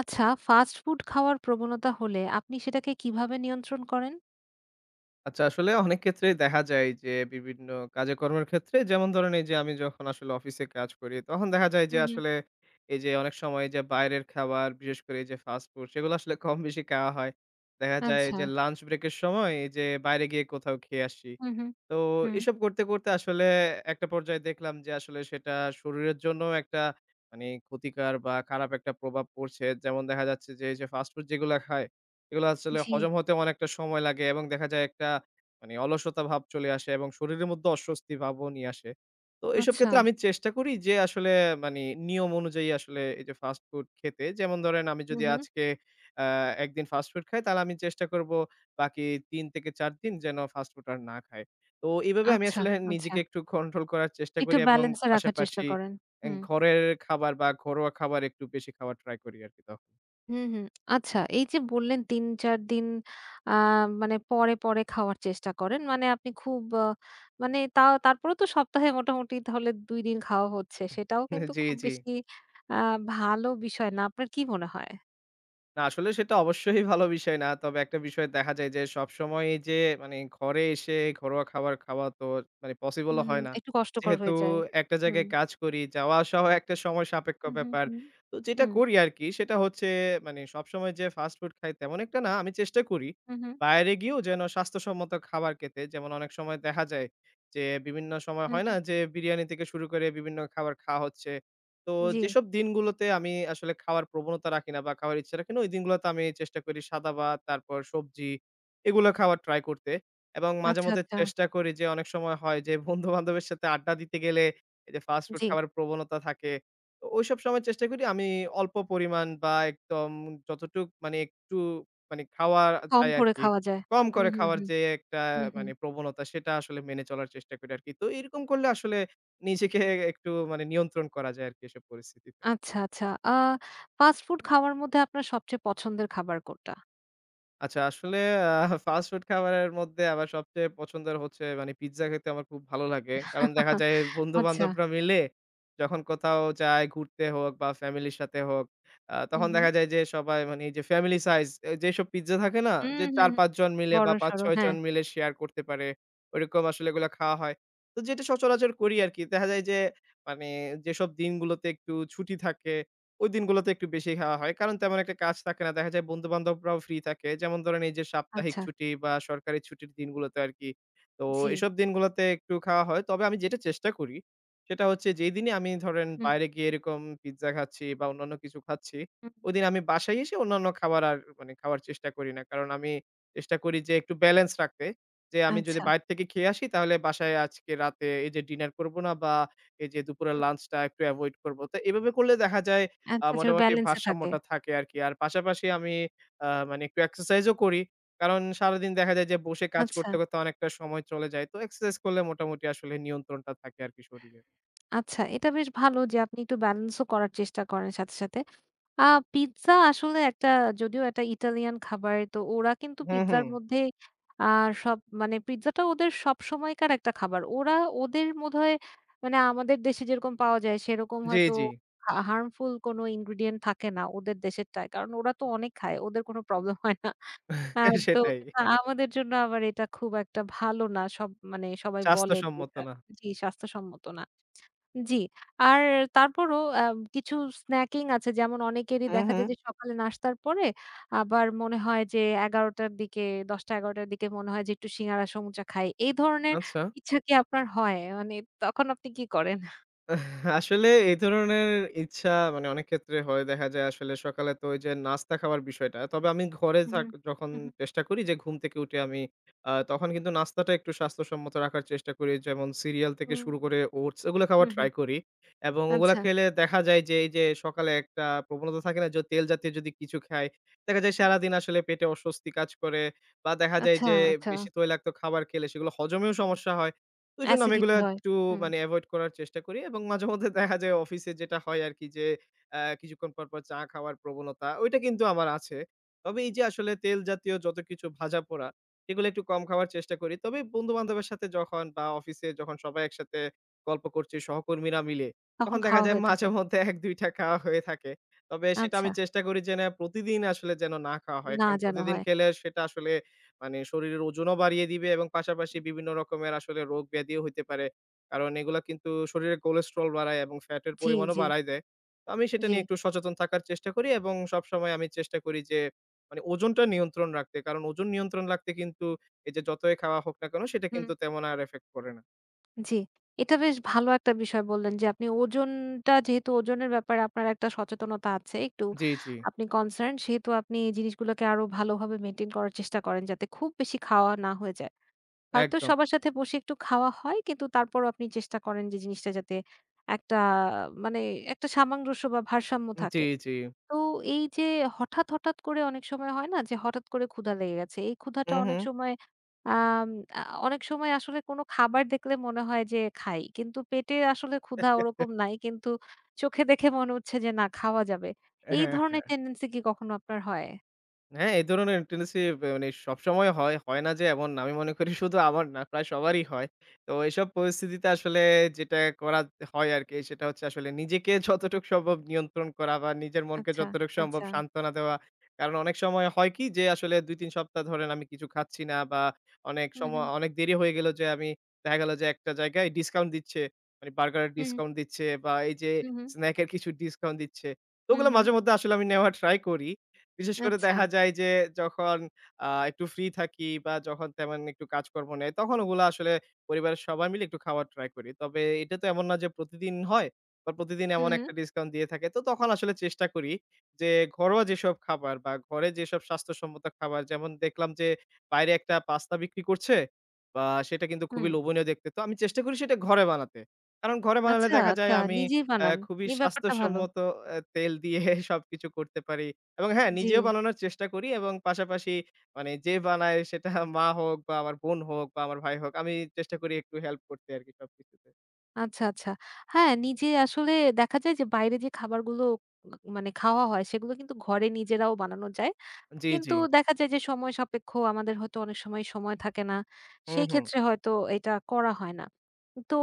আচ্ছা, fast food খাওয়ার প্রবণতা হলে আপনি সেটাকে কিভাবে নিয়ন্ত্রণ করেন? আচ্ছা, আসলে অনেক ক্ষেত্রেই দেখা যায় যে বিভিন্ন কাজে কর্মের ক্ষেত্রে যেমন ধরেন এই যে আমি যখন আসলে অফিসে কাজ করি তখন দেখা যায় হু, যে হুম। আসলে এই যে অনেক সময় যে বাইরের খাবার বিশেষ করে এই যে ফাস্ট ফুড সেগুলো আসলে কম বেশি খাওয়া হয়। দেখা যায় আচ্ছা। যে লাঞ্চ ব্রেক এর সময় এই যে বাইরে গিয়ে কোথাও খেয়ে আসি। হু, হু, তো হুম। এসব করতে, করতে আসলে একটা পর্যায়ে দেখলাম যে আসলে সেটা শরীরের জন্যও একটা মানে ক্ষতিকর বা খারাপ একটা প্রভাব পড়ছে। যেমন দেখা যাচ্ছে যে এই যে ফাস্ট ফুড যেগুলা খায়, এগুলো আসলে জি। হজম হতে অনেকটা সময় লাগে এবং দেখা যায় একটা মানে অলসতা ভাব চলে আসে এবং শরীরের মধ্যে অস্বস্তি ভাবও নিয়ে আসে। তো এসব আচ্ছা। ক্ষেত্রে আমি চেষ্টা করি যে আসলে মানে নিয়ম অনুযায়ী আসলে এই যে ফাস্ট ফুড খেতে। যেমন ধরেন আমি হু, যদি হু। আজকে আ একদিন ফাস্ট ফুড খাই তাহলে আমি চেষ্টা করব বাকি ৩ থেকে ৪ দিন যেন ফাস্ট ফুড আর না খাই। তো এভাবে আমি আচ্ছা, আসলে আচ্ছা। নিজেকে একটু কন্ট্রোল করার চেষ্টা একটু করি এবং ব্যালেন্সে রাখার চেষ্টা পাশাপাশি করেন। হুম। ঘরের খাবার বা ঘরোয়া খাবার একটু বেশি খাওয়ার ট্রাই করি আরকি তখন। হুম, হুম। আচ্ছা, এই যে বললেন ৩-৪ দিন আ মানে পরে, পরে খাওয়ার চেষ্টা করেন। মানে আপনি খুব মানে তা তারপরেও তো সপ্তাহে মোটামুটি তাহলে ২ দিন খাওয়া হচ্ছে। সেটাও কিন্তু জি, খুব জি। বেশি আ ভালো বিষয় না। আপনার কি মনে হয়? না, আসলে সেটা অবশ্যই ভালো বিষয় না। তবে একটা বিষয় দেখা যায় যে সবসময় এই যে মানে ঘরে এসে ঘরোয়া খাবার খাওয়া তো মানে হুম, পসিবলও হুম। হয় না। একটু কষ্টকর যেহেতু হয়ে যায়। একটা হুম। জায়গায় কাজ করি, যাওয়া আসাও একটা সময় সাপেক্ষ হুম, হুম, ব্যাপার। হুম। তো যেটা হুম, করি আরকি সেটা হচ্ছে মানে সবসময় যে ফাস্ট ফুড খাই তেমন একটা না। আমি চেষ্টা করি হুম, হুম, বাইরে গিয়েও যেন স্বাস্থ্যসম্মত খাবার খেতে। যেমন অনেক সময় দেখা যায় যে বিভিন্ন সময় হুম, হয় না হুম। যে বিরিয়ানি থেকে শুরু করে বিভিন্ন খাবার খাওয়া হচ্ছে। তো জি। যেসব দিনগুলোতে আমি আসলে খাওয়ার প্রবণতা রাখি না বা খাওয়ার ইচ্ছা রাখি না, ওই দিনগুলোতে আমি চেষ্টা করি সাদা ভাত, তারপর সবজি এগুলো খাওয়ার ট্রাই করতে। এবং আচ্ছা, মাঝেমধ্যে আচ্ছা। চেষ্টা করি যে অনেক সময় হয় যে বন্ধু-বান্ধবের সাথে আড্ডা দিতে গেলে এই যে ফাস্ট ফুড জি। খাবার প্রবণতা থাকে। তো ওইসব সময় চেষ্টা করি আমি অল্প পরিমাণ বা একদম যতটুক মানে একটু মানে খাওয়া কম যায় করে আরকি। খাওয়া যায়। কম হুম, করে হুম, খাওয়ার হুম, যে একটা হুম, হুম। মানে প্রবণতা সেটা আসলে মেনে চলার চেষ্টা করি আরকি। তো এরকম করলে আসলে নিজেকে একটু মানে নিয়ন্ত্রণ করা যায় আরকি এসব পরিস্থিতিতে। আচ্ছা, আচ্ছা। ফাস্ট ফুড খাওয়ার মধ্যে আপনার সবচেয়ে পছন্দের খাবার কোনটা? আচ্ছা আসলে আ ফাস্ট ফুড খাবারের মধ্যে আমার সবচেয়ে পছন্দের হচ্ছে মানে পিজ্জা খেতে আমার খুব ভালো লাগে। কারণ দেখা যায় আচ্ছা। বন্ধু-বান্ধবরা মিলে যখন কোথাও যায় ঘুরতে হোক বা ফ্যামিলির সাথে হোক, হুম, তখন হুম। দেখা যায় যে সবাই মানে এই যে ফ্যামিলি সাইজ এ যেসব পিজ্জা থাকে না? হুম, যে হুম, হুম। ৪-৫ জন মিলে বা বড়সড়, ৫-৬ হ্যাঁ। জন মিলে শেয়ার করতে পারে, ওইরকম আসলে এগুলা খাওয়া হয়। তো যেটা সচরাচর করি আরকি। দেখা যায় যে মানে যেসব দিনগুলোতে একটু ছুটি থাকে ওই দিনগুলোতে একটু বেশি খাওয়া হয়। কারণ তেমন একটা কাজ থাকে না। দেখা যায় বন্ধু-বান্ধবরাও ফ্রি থাকে। যেমন ধরেন এই যে সাপ্তাহিক আচ্ছা। ছুটি বা সরকারি ছুটির দিনগুলোতে আরকি। তো জি। এসব দিনগুলোতে একটু খাওয়া হয়। তবে আমি যেটা চেষ্টা করি সেটা হচ্ছে যেই দিনই আমি ধরেন হুম, বাইরে গিয়ে এরকম পিজ্জা খাচ্ছি বা অন্যান্য কিছু খাচ্ছি, হুম। ওইদিন আমি বাসায় এসে অন্যান্য খাবার আর মানে খাওয়ার চেষ্টা করি না। কারণ আমি চেষ্টা করি যে একটু ব্যালেন্স রাখতে। যে আমি যদি আচ্ছা। বাইরে থেকে খেয়ে আসি তাহলে বাসায় আজকে রাতে এই যে ডিনার করব না বা এই যে দুপুরের হুম। লাঞ্চটা একটু এভয়েড করব। তো এভাবে করলে দেখা যায় আচ্ছা, আচ্ছা, মোটামুটি ব্যালেন্সে থাকে। ভারসাম্যটা থাকে আরকি। আর পাশাপাশি আমি মানে একটু এক্সারসাইজও করি। কারণ সারাদিন দেখা যায় যে বসে কাজ আচ্ছা, করতে, করতে অনেকটা সময় চলে যায়। তো এক্সারসাইজ করলে মোটামুটি আসলে নিয়ন্ত্রণটা থাকে আরকি শরীরের। আচ্ছা। এটা বেশ ভালো যে আপনি একটু ব্যালেন্সও করার চেষ্টা করেন সাথে, সাথে। আ পিজ্জা আসলে একটা যদিও একটা ইটালিয়ান খাবার। তো ওরা কিন্তু হুম, হুম। পিজ্জার মধ্যে আ সব মানে পিজ্জাটা ওদের সবসময়কার একটা খাবার। ওরা ওদের বোধহয় মানে আমাদের দেশে যেরকম পাওয়া যায় সেরকম জি, হয়তো জি। হার্মফুল কোনো ইনগ্রিডিয়েন্ট থাকে না ওদের দেশেরটায়। কারণ ওরা তো অনেক খায়। ওদের কোনো প্রবলেম হয় না। হুম। তো সেটাই। কিন্তু আমাদের জন্য আবার এটা খুব একটা ভালো না। সব মানে সবাই বলে যে স্বাস্থ্যসম্মত এটা না। জি স্বাস্থ্যসম্মত না। জি। আর তারপরও কিছু স্ন্যাকিং আছে, যেমন অনেকেরই হুম, দেখা যায় হুম। যে সকালে নাস্তার পরে আবার মনে হয় যে ১১:০০ র দিকে, ১০:০০-১১:০০ র দিকে মনে হয় যে একটু সিঙ্গারা সমুচা খাই। এই ধরনের আচ্ছা। ইচ্ছা কি আপনার হয়? মানে তখন আপনি কি করেন? আসলে এই ধরনের ইচ্ছা মানে অনেক ক্ষেত্রে হয়। দেখা যায় আসলে সকালে তো ওই যে নাস্তা খাওয়ার বিষয়টা। তবে আমি ঘরে হুম, থাক যখন হুম, চেষ্টা করি যে ঘুম থেকে উঠে আমি তখন কিন্তু নাস্তাটা একটু স্বাস্থ্যসম্মত রাখার চেষ্টা করি। যেমন সিরিয়াল থেকে হুম, শুরু করে ওটস এগুলো খাওয়ার হুম, হুম, ট্রাই করি। এবং ওগুলা আচ্ছা, খেলে দেখা যায় যে এই যে সকালে একটা প্রবণতা থাকে না যে তেল জাতীয় যদি কিছু খাই, দেখা যায় হুম, সারাদিন আসলে পেটে অস্বস্তি কাজ করে বা দেখা যায় আচ্ছা, যে আচ্ছা। বেশি তৈলাক্ত খাবার খেলে সেগুলো হজমেও সমস্যা হয়। তো ওইজন্য আমি অ্যাসিডিটি এগুলা হয়। একটু হুম, মানে এভয়েড করার চেষ্টা করি এবং মাঝে মধ্যে দেখা যায় অফিসে যেটা হয় আরকি যে কিছুক্ষণ পর, পর চা খাওয়ার প্রবণতা ওইটা কিন্তু আমার আছে। তবে এই যে আসলে তেল জাতীয় যত কিছু ভাজাপোড়া এগুলো একটু কম খাওয়ার চেষ্টা করি। তবে বন্ধু-বান্ধবের সাথে যখন বা অফিসে যখন সবাই একসাথে গল্প করছি সহকর্মীরা মিলে, তখন তখন দেখা খাওয়া যায় হয়ে থাকে। মাঝে মধ্যে ১-২ টা খাওয়া হয়ে থাকে। তবে সেটা আচ্ছা, আমি চেষ্টা করি যে না প্রতিদিন আসলে যেন না খাওয়া হয়। না কারণ যেন প্রতিদিন হয়। খেলে সেটা আসলে মানে শরীরের ওজনও বাড়িয়ে দিবে এবং পাশাপাশি বিভিন্ন রকমের আসলে রোগ ব্যাধিও হইতে পারে। কারণ এগুলা কিন্তু শরীরে কোলেস্টেরল বাড়ায় এবং ফ্যাটের জি, পরিমাণও জি, বাড়ায় দেয়। তো আমি সেটা জি। নিয়ে একটু সচেতন থাকার চেষ্টা করি এবং সবসময় আমি চেষ্টা করি যে মানে ওজনটা নিয়ন্ত্রণ রাখতে। কারণ ওজন নিয়ন্ত্রণ রাখতে কিন্তু এই যে যতই খাওয়া হোক না কেন সেটা হুম। কিন্তু তেমন আর এফেক্ট করে না। জি। এটা বেশ ভালো একটা বিষয় বললেন, যে আপনি ওজনটা, যেহেতু ওজনের ব্যাপারে আপনার একটা সচেতনতা আছে, একটু জি, জি। আপনি কনসার্ন, সেহেতু আপনি এই জিনিসগুলোকে আরো ভালোভাবে মেইনটেইন করার চেষ্টা করেন যাতে খুব বেশি খাওয়া না হয়ে যায়। হয়তো একদম। সবার সাথে বসে একটু খাওয়া হয়, কিন্তু তারপরও আপনি চেষ্টা করেন যে জিনিসটা যাতে একটা মানে একটা সামঞ্জস্য বা ভারসাম্য জি, থাকে। জি। তো এই যে হঠাৎ, হঠাৎ করে অনেক সময় হয় না যে হঠাৎ করে ক্ষুধা লেগে গেছে। এই ক্ষুধাটা হু, হু। অনেক সময় আম আ অনেক সময় আসলে কোনো খাবার দেখলে মনে হয় যে খাই। কিন্তু পেটে আসলে ক্ষুধা ওরকম নাই। কিন্তু চোখে দেখে মনে হচ্ছে যে না, খাওয়া যাবে। এই হ্যাঁ। ধরনের টেনডেন্সি কি কখনো আপনার হয়? হ্যাঁ, এই ধরনের টেন্ডেন্সি মানে সবসময় হয়। হয় না যে এমন না। আমি মনে করি শুধু আমার না, প্রায় সবারই হয়। তো এসব পরিস্থিতিতে আসলে যেটা করা হয় আরকি সেটা হচ্ছে আসলে নিজেকে যতটুকু সম্ভব নিয়ন্ত্রণ করা বা নিজের মনকে আচ্ছা, যতটুকু সম্ভব আচ্ছা। সান্ত্বনা দেওয়া। কারণ অনেক সময় হয় কি যে আসলে ২-৩ সপ্তাহ ধরেন আমি কিছু খাচ্ছি না বা অনেক হুম, সময় হুম। অনেক দেরি হয়ে গেল যে আমি দেখা গেল যে একটা জায়গায় ডিসকাউন্ট দিচ্ছে। মানে বার্গারের হুম, ডিসকাউন্ট দিচ্ছে বা এই যে হুম, হুম, স্ন্যাক এর কিছু ডিসকাউন্ট দিচ্ছে। তো হুম, ওগুলো হুম। মাঝে মধ্যে আসলে আমি নেওয়ার ট্রাই করি। বিশেষ করে আচ্ছা। দেখা যায় যে যখন একটু ফ্রি থাকি বা যখন তেমন একটু কাজকর্ম নেই, তখন ওগুলা আসলে পরিবারের সবাই মিলে একটু খাওয়ার ট্রাই করি। তবে এটা তো এমন না যে প্রতিদিন হয় বা প্রতিদিন হুম, এমন হুম, একটা ডিসকাউন্ট দিয়ে থাকে। তো তখন আসলে চেষ্টা করি যে ঘরোয়া যেসব খাবার বা ঘরে যেসব স্বাস্থ্যসম্মত খাবার যেমন দেখলাম যে বাইরে একটা পাস্তা বিক্রি করছে বা সেটা কিন্তু খুবই হুম। লোভনীয় দেখতে। তো আমি চেষ্টা করি সেটা ঘরে বানাতে। কারণ ঘরে বানালে আচ্ছা, দেখা যায় আচ্ছা। আমি নিজেই বানান। খুবই এই ব্যাপারটা ভালো। স্বাস্থ্যসম্মত তেল দিয়ে সবকিছু করতে পারি। এবং হ্যাঁ, জি। নিজেও বানানোর চেষ্টা করি এবং পাশাপাশি মানে যে বানায় সেটা মা হোক বা আমার বোন হোক বা আমার ভাই হোক, আমি চেষ্টা করি একটু হেল্প করতে আরকি সবকিছুতে। আচ্ছা, আচ্ছা। হ্যাঁ, নিজে আসলে দেখা যায় যে বাইরে যে খাবারগুলো মানে খাওয়া হয় সেগুলো কিন্তু ঘরে নিজেরাও বানানো যায়। জি, জি। কিন্তু দেখা যায় যে সময় সাপেক্ষ, আমাদের হয়তো অনেক সময় সময় থাকে না। হুম, সেই হুম। ক্ষেত্রে হয়তো এটা করা হয় না। তো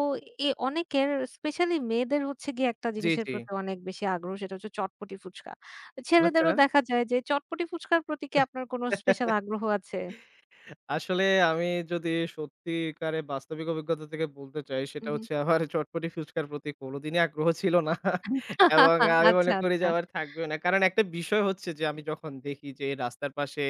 অনেকের স্পেশালি মেয়েদের হচ্ছে গিয়ে একটা জি, জিনিসের জি। প্রতি অনেক বেশি আগ্রহ, সেটা হচ্ছে চটপটি ফুচকা। আচ্ছা। ছেলেদেরও দেখা যায় যে চটপটি ফুচকার প্রতি কি আপনার কোনো স্পেশাল আগ্রহ আছে? আসলে আমি যদি সত্যিকারে বাস্তবিক অভিজ্ঞতা থেকে বলতে চাই, হু, সেটা হু। হচ্ছে আমার চটপটি ফুচকার প্রতি কোনোদিনই আগ্রহ ছিল না। এবং আমি আচ্ছা, মনে করি যে আচ্ছা। আমার থাকবেও না। কারণ একটা বিষয় হচ্ছে যে আমি যখন দেখি যে রাস্তার পাশে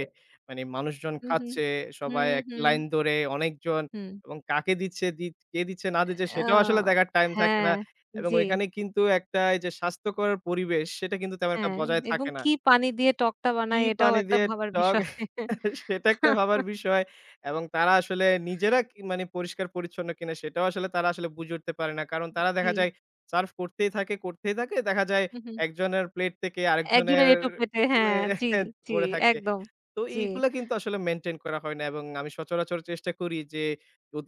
মানে মানুষজন হু, হু। খাচ্ছে, সবাই হুম, এক হুম, লাইন ধরে অনেকজন হুম। এবং কাকে দিচ্ছে, কে দিচ্ছে না দিচ্ছে আ সেটাও আসলে দেখার টাইম থাকে হ্যাঁ, না। এবং জি, ওইখানে কিন্তু একটা এই যে স্বাস্থ্যকর পরিবেশ সেটা কিন্তু তেমন একটা হ্যাঁ, বজায় এবং থাকে না। কি পানি দিয়ে টকটা কি বানায় এটাও পানি একটা দিয়ে ভাবার টক বিষয়। সেটা একটা ভাবার বিষয় এবং তারা আসলে নিজেরা কি মানে পরিষ্কার পরিচ্ছন্ন কিনা সেটাও আসলে তারা আসলে বুঝে উঠতে পারে না। কারণ তারা জি, দেখা যায় সার্ভ করতেই থাকে, করতেই থাকে। দেখা যায় হু, হু। একজনের প্লেট থেকে একজনের আরেকজনের এঁটো পেটে, হ্যাঁ, জি, এ জি, পড়ে থাকে। একদম। তো জি, এইগুলা কিন্তু আসলে মেইনটেইন করা হয় না এবং আমি সচরাচর চেষ্টা করি যে,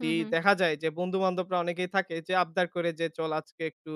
হু, হু, দেখা যায় যে বন্ধু-বান্ধবরা অনেকেই থাকে যে আবদার করে যে, "চল আজকে একটু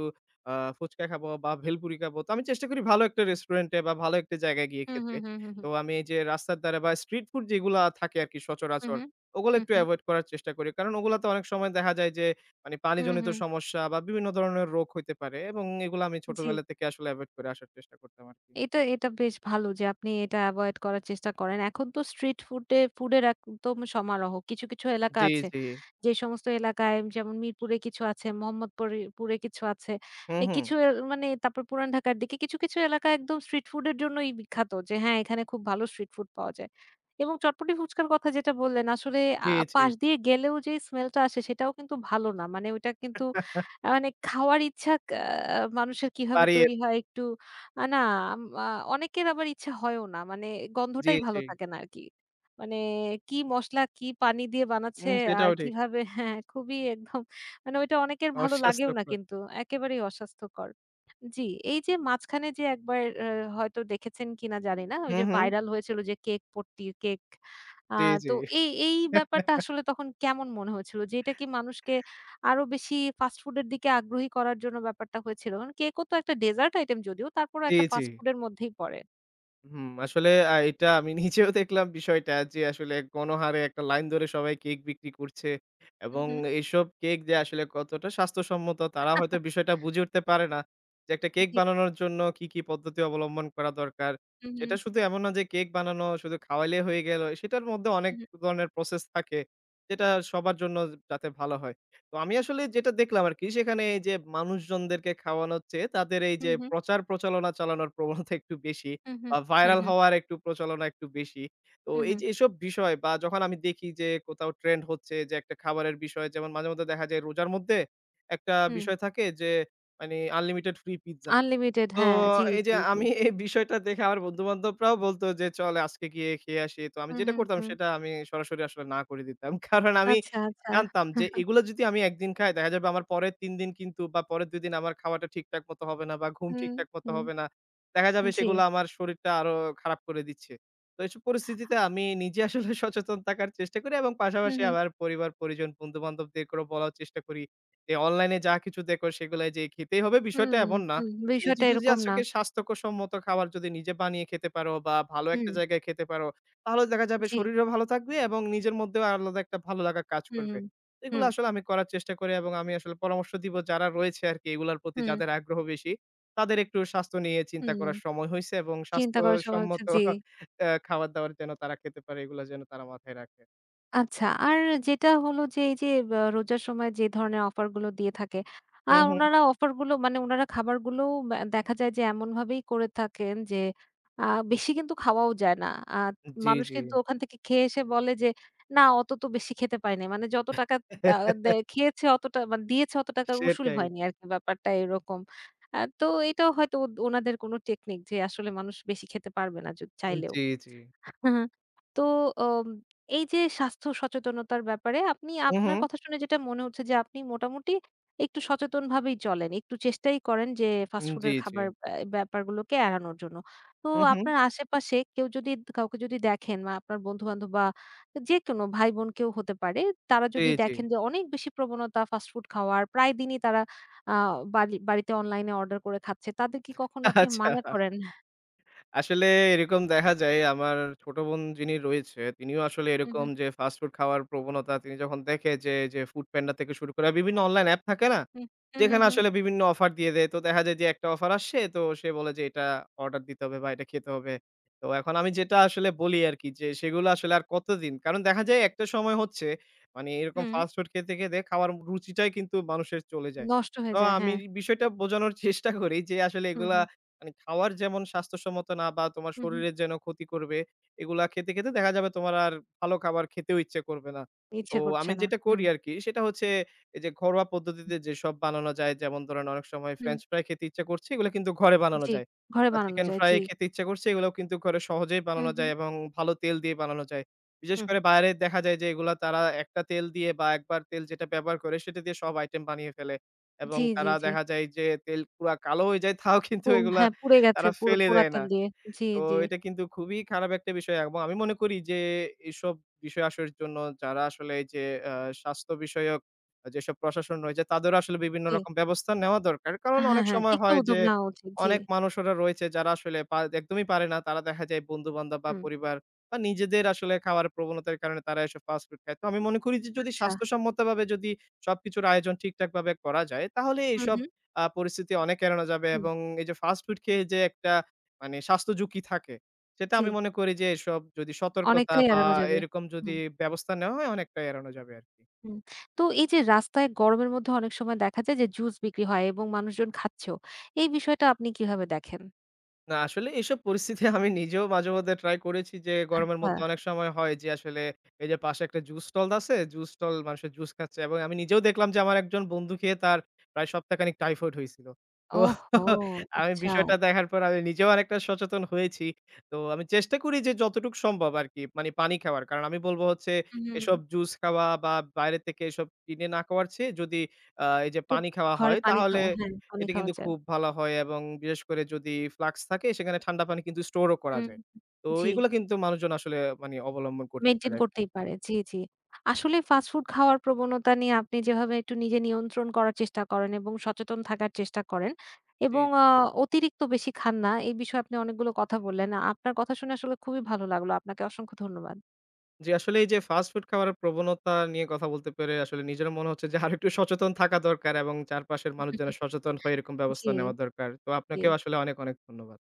ফুচকা খাবো বা ভেলপুরি খাবো।" তো আমি চেষ্টা করি ভালো একটা রেস্টুরেন্টে বা ভালো একটা জায়গায় গিয়ে হু, হু, খেতে। হু, হু, তো আমি এই যে রাস্তার ধারে বা স্ট্রিট ফুড যেগুলা থাকে আরকি হু, হু, সচরাচর, ওগুলো হু, একটু হু, এভয়েড করার চেষ্টা করি। কারণ ওগুলাতে অনেক সময় দেখা যায় যে মানে হু, পানিজনিত হু, সমস্যা বা বিভিন্ন ধরনের রোগ হইতে পারে এবং এগুলা আমি জি। ছোটবেলা থেকে আসলে এভয়েড করে আসার চেষ্টা করতাম আরকি। এটা বেশ ভালো যে আপনি এটা এভয়েড করার চেষ্টা করেন। এখন তো স্ট্রিট ফুডে ফুডের একদম সমারোহ। কিছু, কিছু এলাকা জি, আছে। জি। যে সমস্ত এলাকায়, যেমন মিরপুরে কিছু আছে, মোহাম্মদপুরে পুরে কিছু আছে। হুম, এ হুম। কিছু এ মানে তারপর পুরান ঢাকার দিকে কিছু, কিছু এলাকা একদম স্ট্রিট ফুডের জন্যই বিখ্যাত। যে হ্যাঁ, এখানে খুব ভালো স্ট্রিট ফুড পাওয়া যায়। এবং চটপটি ফুচকার কথা যেটা বললেন আসলে জি, জি। পাশ দিয়ে গেলেও যে স্মেলটা আসে সেটাও কিন্তু ভালো না। মানে ওইটা কিন্তু মানে খাওয়ার ইচ্ছা মানুষের কিভাবে বাড়িয়ে তৈরি হয় একটু না, আম আ অনেকের আবার ইচ্ছা হয়ও না। মানে জি, গন্ধটাই ভালো জি। থাকে না আরকি। মানে কি মসলা, কি পানি দিয়ে বানাচ্ছে আর সেটাও ঠিক। কিভাবে, হ্যাঁ, খুবই একদম মানে ওইটা অনেকের ভালো লাগেও না অস্বাস্থ্যকর। কিন্তু। একেবারেই অস্বাস্থ্যকর। জি, এই যে মাঝখানে যে একবার হয়তো দেখেছেন কিনা জানি না। ওই হু, যে হু। ভাইরাল হয়েছিল যে কেক পট্টি, কেক। আ জি, তো জি। এই এই ব্যাপারটা আসলে তখন কেমন মনে হয়েছিল? যে এটা কি মানুষকে আরো বেশি ফাস্ট ফুড এর দিকে আগ্রহী করার জন্য ব্যাপারটা হয়েছিল? কারণ কেকও তো একটা ডেজার্ট আইটেম, যদিও তারপরেও জি, একটা জি। ফাস্ট ফুড এর মধ্যেই পড়ে। হুম, আসলে এটা আমি নিজেও দেখলাম বিষয়টা যে আসলে গণহারে একটা লাইন ধরে সবাই কেক বিক্রি করছে হু, এবং হু। এইসব কেক যে আসলে কতটা স্বাস্থ্যসম্মত তারা হয়তো বিষয়টা বুঝে উঠতে পারে না। যে একটা কেক জি। বানানোর জন্য কি, কি পদ্ধতি অবলম্বন করা দরকার। হু, হু, সেটা শুধু এমন না যে কেক বানানো শুধু খাওয়াইলে হয়ে গেল। সেটার মধ্যে হু, অনেক ধরনের প্রসেস থাকে। যেটা সবার জন্য যাতে ভালো হয়। তো আমি আসলে যেটা দেখলাম আরকি সেখানে এই যে মানুষজনদেরকে খাওয়ানো হচ্ছে তাদের এই হু, যে হু, প্রচার প্রচারণা চালানোর প্রবণতা একটু বেশি। হু, হু, বা হু, ভাইরাল হু, হওয়ার একটু প্রচলন একটু বেশি। তো এই হু, যে এসব বিষয় বা যখন আমি দেখি যে কোথাও ট্রেন্ড হচ্ছে যে একটা খাবারের বিষয় যেমন মাঝে মধ্যে দেখা যায় রোজার মধ্যে একটা হু। বিষয় থাকে যে মানে আনলিমিটেড ফ্রি পিজ্জা। আনলিমিটেড, তো হ্যাঁ, জি, এই যে জি, জি। আমি এই বিষয়টা দেখে আমার বন্ধু-বান্ধবরাও বলত যে, "চল আজকে গিয়ে খেয়ে আসি।" তো আমি হু, যেটা হু, করতাম হু। সেটা আমি সরাসরি আসলে না করে দিতাম। কারণ আমি আচ্ছা, আচ্ছা। জানতাম যে এগুলো যদি আমি একদিন খাই দেখা যাবে আমার পরের ৩ দিন কিন্তু বা পরের ২ দিন আমার খাওয়াটা ঠিকঠাক মতো হবে না বা ঘুম হুম, ঠিকঠাক মতো হুম। হবে না। দেখা যাবে জি। সেগুলো আমার শরীরটা আরো খারাপ করে দিচ্ছে। তো এসব পরিস্থিতিতে আমি নিজে আসলে সচেতন থাকার চেষ্টা করি এবং হু, পাশাপাশি হু। আমার পরিবার, পরিজন, বন্ধু-বান্ধবদেরকেও বলার চেষ্টা করি যে, "অনলাইনে যা কিছু দেখো সেগুলাই যে খেতেই হবে বিষয়টা হুম, এমন না।" হুম, নিজে বিষয়টা যদি এরকম না। আজকে স্বাস্থ্যকসম্মত খাবার যদি নিজে বানিয়ে খেতে পারো বা ভালো একটা হুম, জায়গায় খেতে পারো, তাহলে দেখা যাবে জি। শরীরও ভালো থাকবে এবং নিজের মধ্যেও আলাদা একটা ভালো লাগা কাজ হুম, করবে। হুম, এগুলো হুম, আসলে আমি করার চেষ্টা করি এবং আমি আসলে পরামর্শ দিব যারা রয়েছে আরকি এগুলার প্রতি হুম, যাদের আগ্রহ বেশি, তাদের একটু স্বাস্থ্য নিয়ে চিন্তা হুম। করার সময় হইছে এবং চিন্তা করার সময় হচ্ছে, স্বাস্থ্যসম্মত জি। খাবার-দাবার যেন তারা খেতে পারে, এগুলা যেন তারা মাথায় রাখে। আচ্ছা। আর যেটা হলো যে এই যে বা রোজার সময় যে ধরনের অফার গুলো দিয়ে থাকে, হুম, হুম। উনারা অফার গুলো মানে উনারা খাবারগুলোও দেখা যায় যে এমনভাবেই করে থাকেন যে আ বেশি কিন্তু খাওয়াও যায় না। আ জি, মানুষ জি। কিন্তু ওখান থেকে খেয়ে এসে বলে যে, "না, অত তো বেশি খেতে পারি নাই।" মানে যত টাকা আ দে খেয়েছে অতটা, মানে দিয়েছে অত টাকার উসুল সেটাই। হয়নি আরকি, ব্যাপারটা এরকম। তো এটাও হয়তো ওনাদের কোনো টেকনিক যে আসলে মানুষ বেশি খেতে পারবে না চাইলেও। জি, জি। হ্যাঁ, হ্যাঁ। তো অম এই যে স্বাস্থ্য সচেতনতার ব্যাপারে আপনি, হু, হু। আপনার কথা শুনে যেটা মনে হচ্ছে যে আপনি মোটামুটি একটু সচেতনভাবেই চলেন। একটু চেষ্টাই করেন যে ফাস্ট জি, ফুডের জি। খাবার ব্যাপারগুলোকে এড়ানোর জন্য। তো হু, হু। আপনার আশেপাশে কেউ যদি কাউকে যদি দেখেন, বা আপনার বন্ধু-বান্ধব বা যেকোনো ভাই-বোন কেউ হতে পারে, তারা জি, যদি জি। দেখেন যে অনেক বেশি প্রবণতা ফাস্ট ফুড খাওয়ার, প্রায় দিনই তারা আ বাড়ি বাড়িতে অনলাইনে অর্ডার করে খাচ্ছে। তাদের কি কখনো আপনি আচ্ছা। মানা করেন? আসলে এরকম দেখা যায় আমার ছোট বোন যিনি রয়েছে, তিনিও আসলে হু, হু, এরকম যে ফাস্ট ফুড খাওয়ার প্রবণতা তিনি যখন দেখে যে, Foodpanda থেকে শুরু করে বিভিন্ন অনলাইন অ্যাপ থাকে না? হু, হু, হু, যেখানে হু, আসলে বিভিন্ন অফার দিয়ে দেয়। তো দেখা যায় যে একটা অফার আসছে, তো সে বলে যে এটা অর্ডার দিতে হবে বা এটা খেতে হবে। তো এখন আমি যেটা আসলে বলি আরকি, যে সেগুলো আসলে আর কতদিন? কারণ দেখা যায় একটা সময় হচ্ছে, মানে এরকম হুম। ফাস্ট ফুড খেতে খাওয়ার রুচিটাই কিন্তু মানুষের চলে যায়। নষ্ট তো হয়ে যায়, আমি হ্যাঁ। বিষয়টা বোঝানোর চেষ্টা করি যে আসলে হুম, এগুলা, হুম। মানে খাওয়ার যেমন স্বাস্থ্যসম্মত না বা তোমার হুম, হুম। শরীরের যেন ক্ষতি করবে, এগুলা খেতে দেখা যাবে তোমার আর ভালো খাবার খেতেও ইচ্ছে করবে না। তো ইচ্ছে করছে আমি না। যেটা হুম, করি আরকি সেটা হচ্ছে, এই যে ঘরোয়া পদ্ধতিতে যেসব বানানো যায়, যেমন ধরেন অনেক সময় হুম। ফ্রেঞ্চ ফ্রাই খেতে ইচ্ছা করছে, এগুলো কিন্তু ঘরে বানানো জি। যায়। ঘরে বা বানানো চিকেন যায়, ফ্রাই জি। খেতে ইচ্ছা করছে, এগুলাও কিন্তু ঘরে সহজেই হুম, বানানো হুম। যায় এবং ভালো তেল দিয়ে বানানো যায়। বিশেষ হুম, হুম। করে বাইরে দেখা যায় যে এগুলা তারা একটা তেল দিয়ে বা একবার তেল যেটা ব্যবহার করে সেটা দিয়ে সব আইটেম বানিয়ে ফেলে। এবং জি, জি, তারা জি। দেখা যায় যে তেল পুরা কালো হয়ে যায়, তাও কিন্তু পু এগুলা হ্যাঁ, পুড়ে গেছে, তারা পুরো ফেলে পোড়া দেয় না। তেল দিয়ে। জি, তো জি, এটা কিন্তু খুবই খারাপ একটা বিষয় এবং আমি মনে করি যে এইসব বিষয় আসার জন্য যারা আসলে এই যে আ স্বাস্থ্য বিষয়ক যেসব প্রশাসন রয়েছে তাদেরও আসলে বিভিন্ন জি। রকম ব্যবস্থা নেওয়া দরকার। কারণ হ্যাঁ, অনেক হ্যাঁ। সময় একটু হয় উদ্যোগ যে নেওয়া উচিত, জি। অনেক মানুষেরা রয়েছে যারা আসলে পা একদমই পারে না। তারা দেখা যায় বন্ধু-বান্ধব বা হুম। পরিবার বা নিজেদের আসলে খাওয়ার প্রবণতার কারণে তারা এসব ফাস্ট ফুড খায়। তো আমি মনে করি যে যদি আচ্ছা। স্বাস্থ্যসম্মতভাবে যদি সবকিছুর আয়োজন ঠিকঠাকভাবে করা যায় তাহলে হুম, এইসব হুম। পরিস্থিতি অনেক এড়ানো যাবে হুম। এবং এই যে ফাস্ট ফুড খেয়ে যে একটা, মানে স্বাস্থ্য ঝুঁকি থাকে, সেটা জি। আমি মনে করি যে এসব যদি সতর্কতা অনেকটাই বা এড়ানো যাবে। এরকম যদি হুম, ব্যবস্থা নেওয়া হয় অনেকটাই এড়ানো যাবে আরকি। হুম। তো এই যে রাস্তায় গরমের মধ্যে অনেক সময় দেখা যায় যে জুস বিক্রি হয় এবং মানুষজন খাচ্ছেও। এই বিষয়টা আপনি কিভাবে দেখেন? না, আসলে এইসব পরিস্থিতি আমি নিজেও মাঝেমধ্যে ট্রাই করেছি যে, গরমের আচ্ছা। মধ্যে অনেক সময় হয় যে আসলে এই যে পাশে একটা জুস স্টল আছে, জুস স্টল মানুষের জুস খাচ্ছে, এবং আমি নিজেও দেখলাম যে আমার একজন বন্ধু খেয়ে তার প্রায় সপ্তাহখানেক টাইফয়েড হয়েছিল। তো ওহহো! আমি আচ্ছা। বিষয়টা দেখার পর আমি নিজেও অনেকটা সচেতন হয়েছি। তো আমি চেষ্টা করি যে যতটুকু সম্ভব আরকি মানে পানি খাওয়ার। কারণ আমি বলব হচ্ছে হুম, হুম। এসব জুস খাওয়া বা বাইরে থেকে এসব কিনে না খাওয়ার চেয়ে যদি এই যে তো পানি খাওয়া ঘরে হয় পানি তাহলে খাওয়া, হ্যাঁ, পানি এটা খাওয়া কিন্তু যায়। খুব ভালো হয়, এবং বিশেষ করে যদি ফ্লাক্স থাকে সেখানে ঠান্ডা পানি কিন্তু স্টোরও করা হুম, যায়। তো জি। এগুলা কিন্তু মানুষজন আসলে, মানে অবলম্বন করতে মেইনটেইন পারে আরকি। করতেই পারে, জি, জি। আসলে ফাস্ট ফুড খাওয়ার প্রবণতা নিয়ে আপনি যেভাবে একটু নিজে নিয়ন্ত্রণ করার চেষ্টা করেন এবং সচেতন থাকার চেষ্টা করেন জি, এবং জি। অতিরিক্ত বেশি খান না, এই বিষয়ে আপনি অনেকগুলো কথা বললেন। আপনার কথা শুনে আসলে খুবই ভালো লাগলো। আপনাকে অসংখ্য ধন্যবাদ। জি, আসলে এই যে ফাস্ট ফুড খাওয়ার প্রবণতা নিয়ে কথা বলতে পেরে আসলে নিজেরও মনে হচ্ছে যে আরেকটু সচেতন থাকা দরকার এবং চারপাশের মানুষ যেন সচেতন হয়ে এরকম জি, ব্যবস্থা নেওয়া দরকার। তো আপনাকেও জি। আসলে অনেক, অনেক ধন্যবাদ।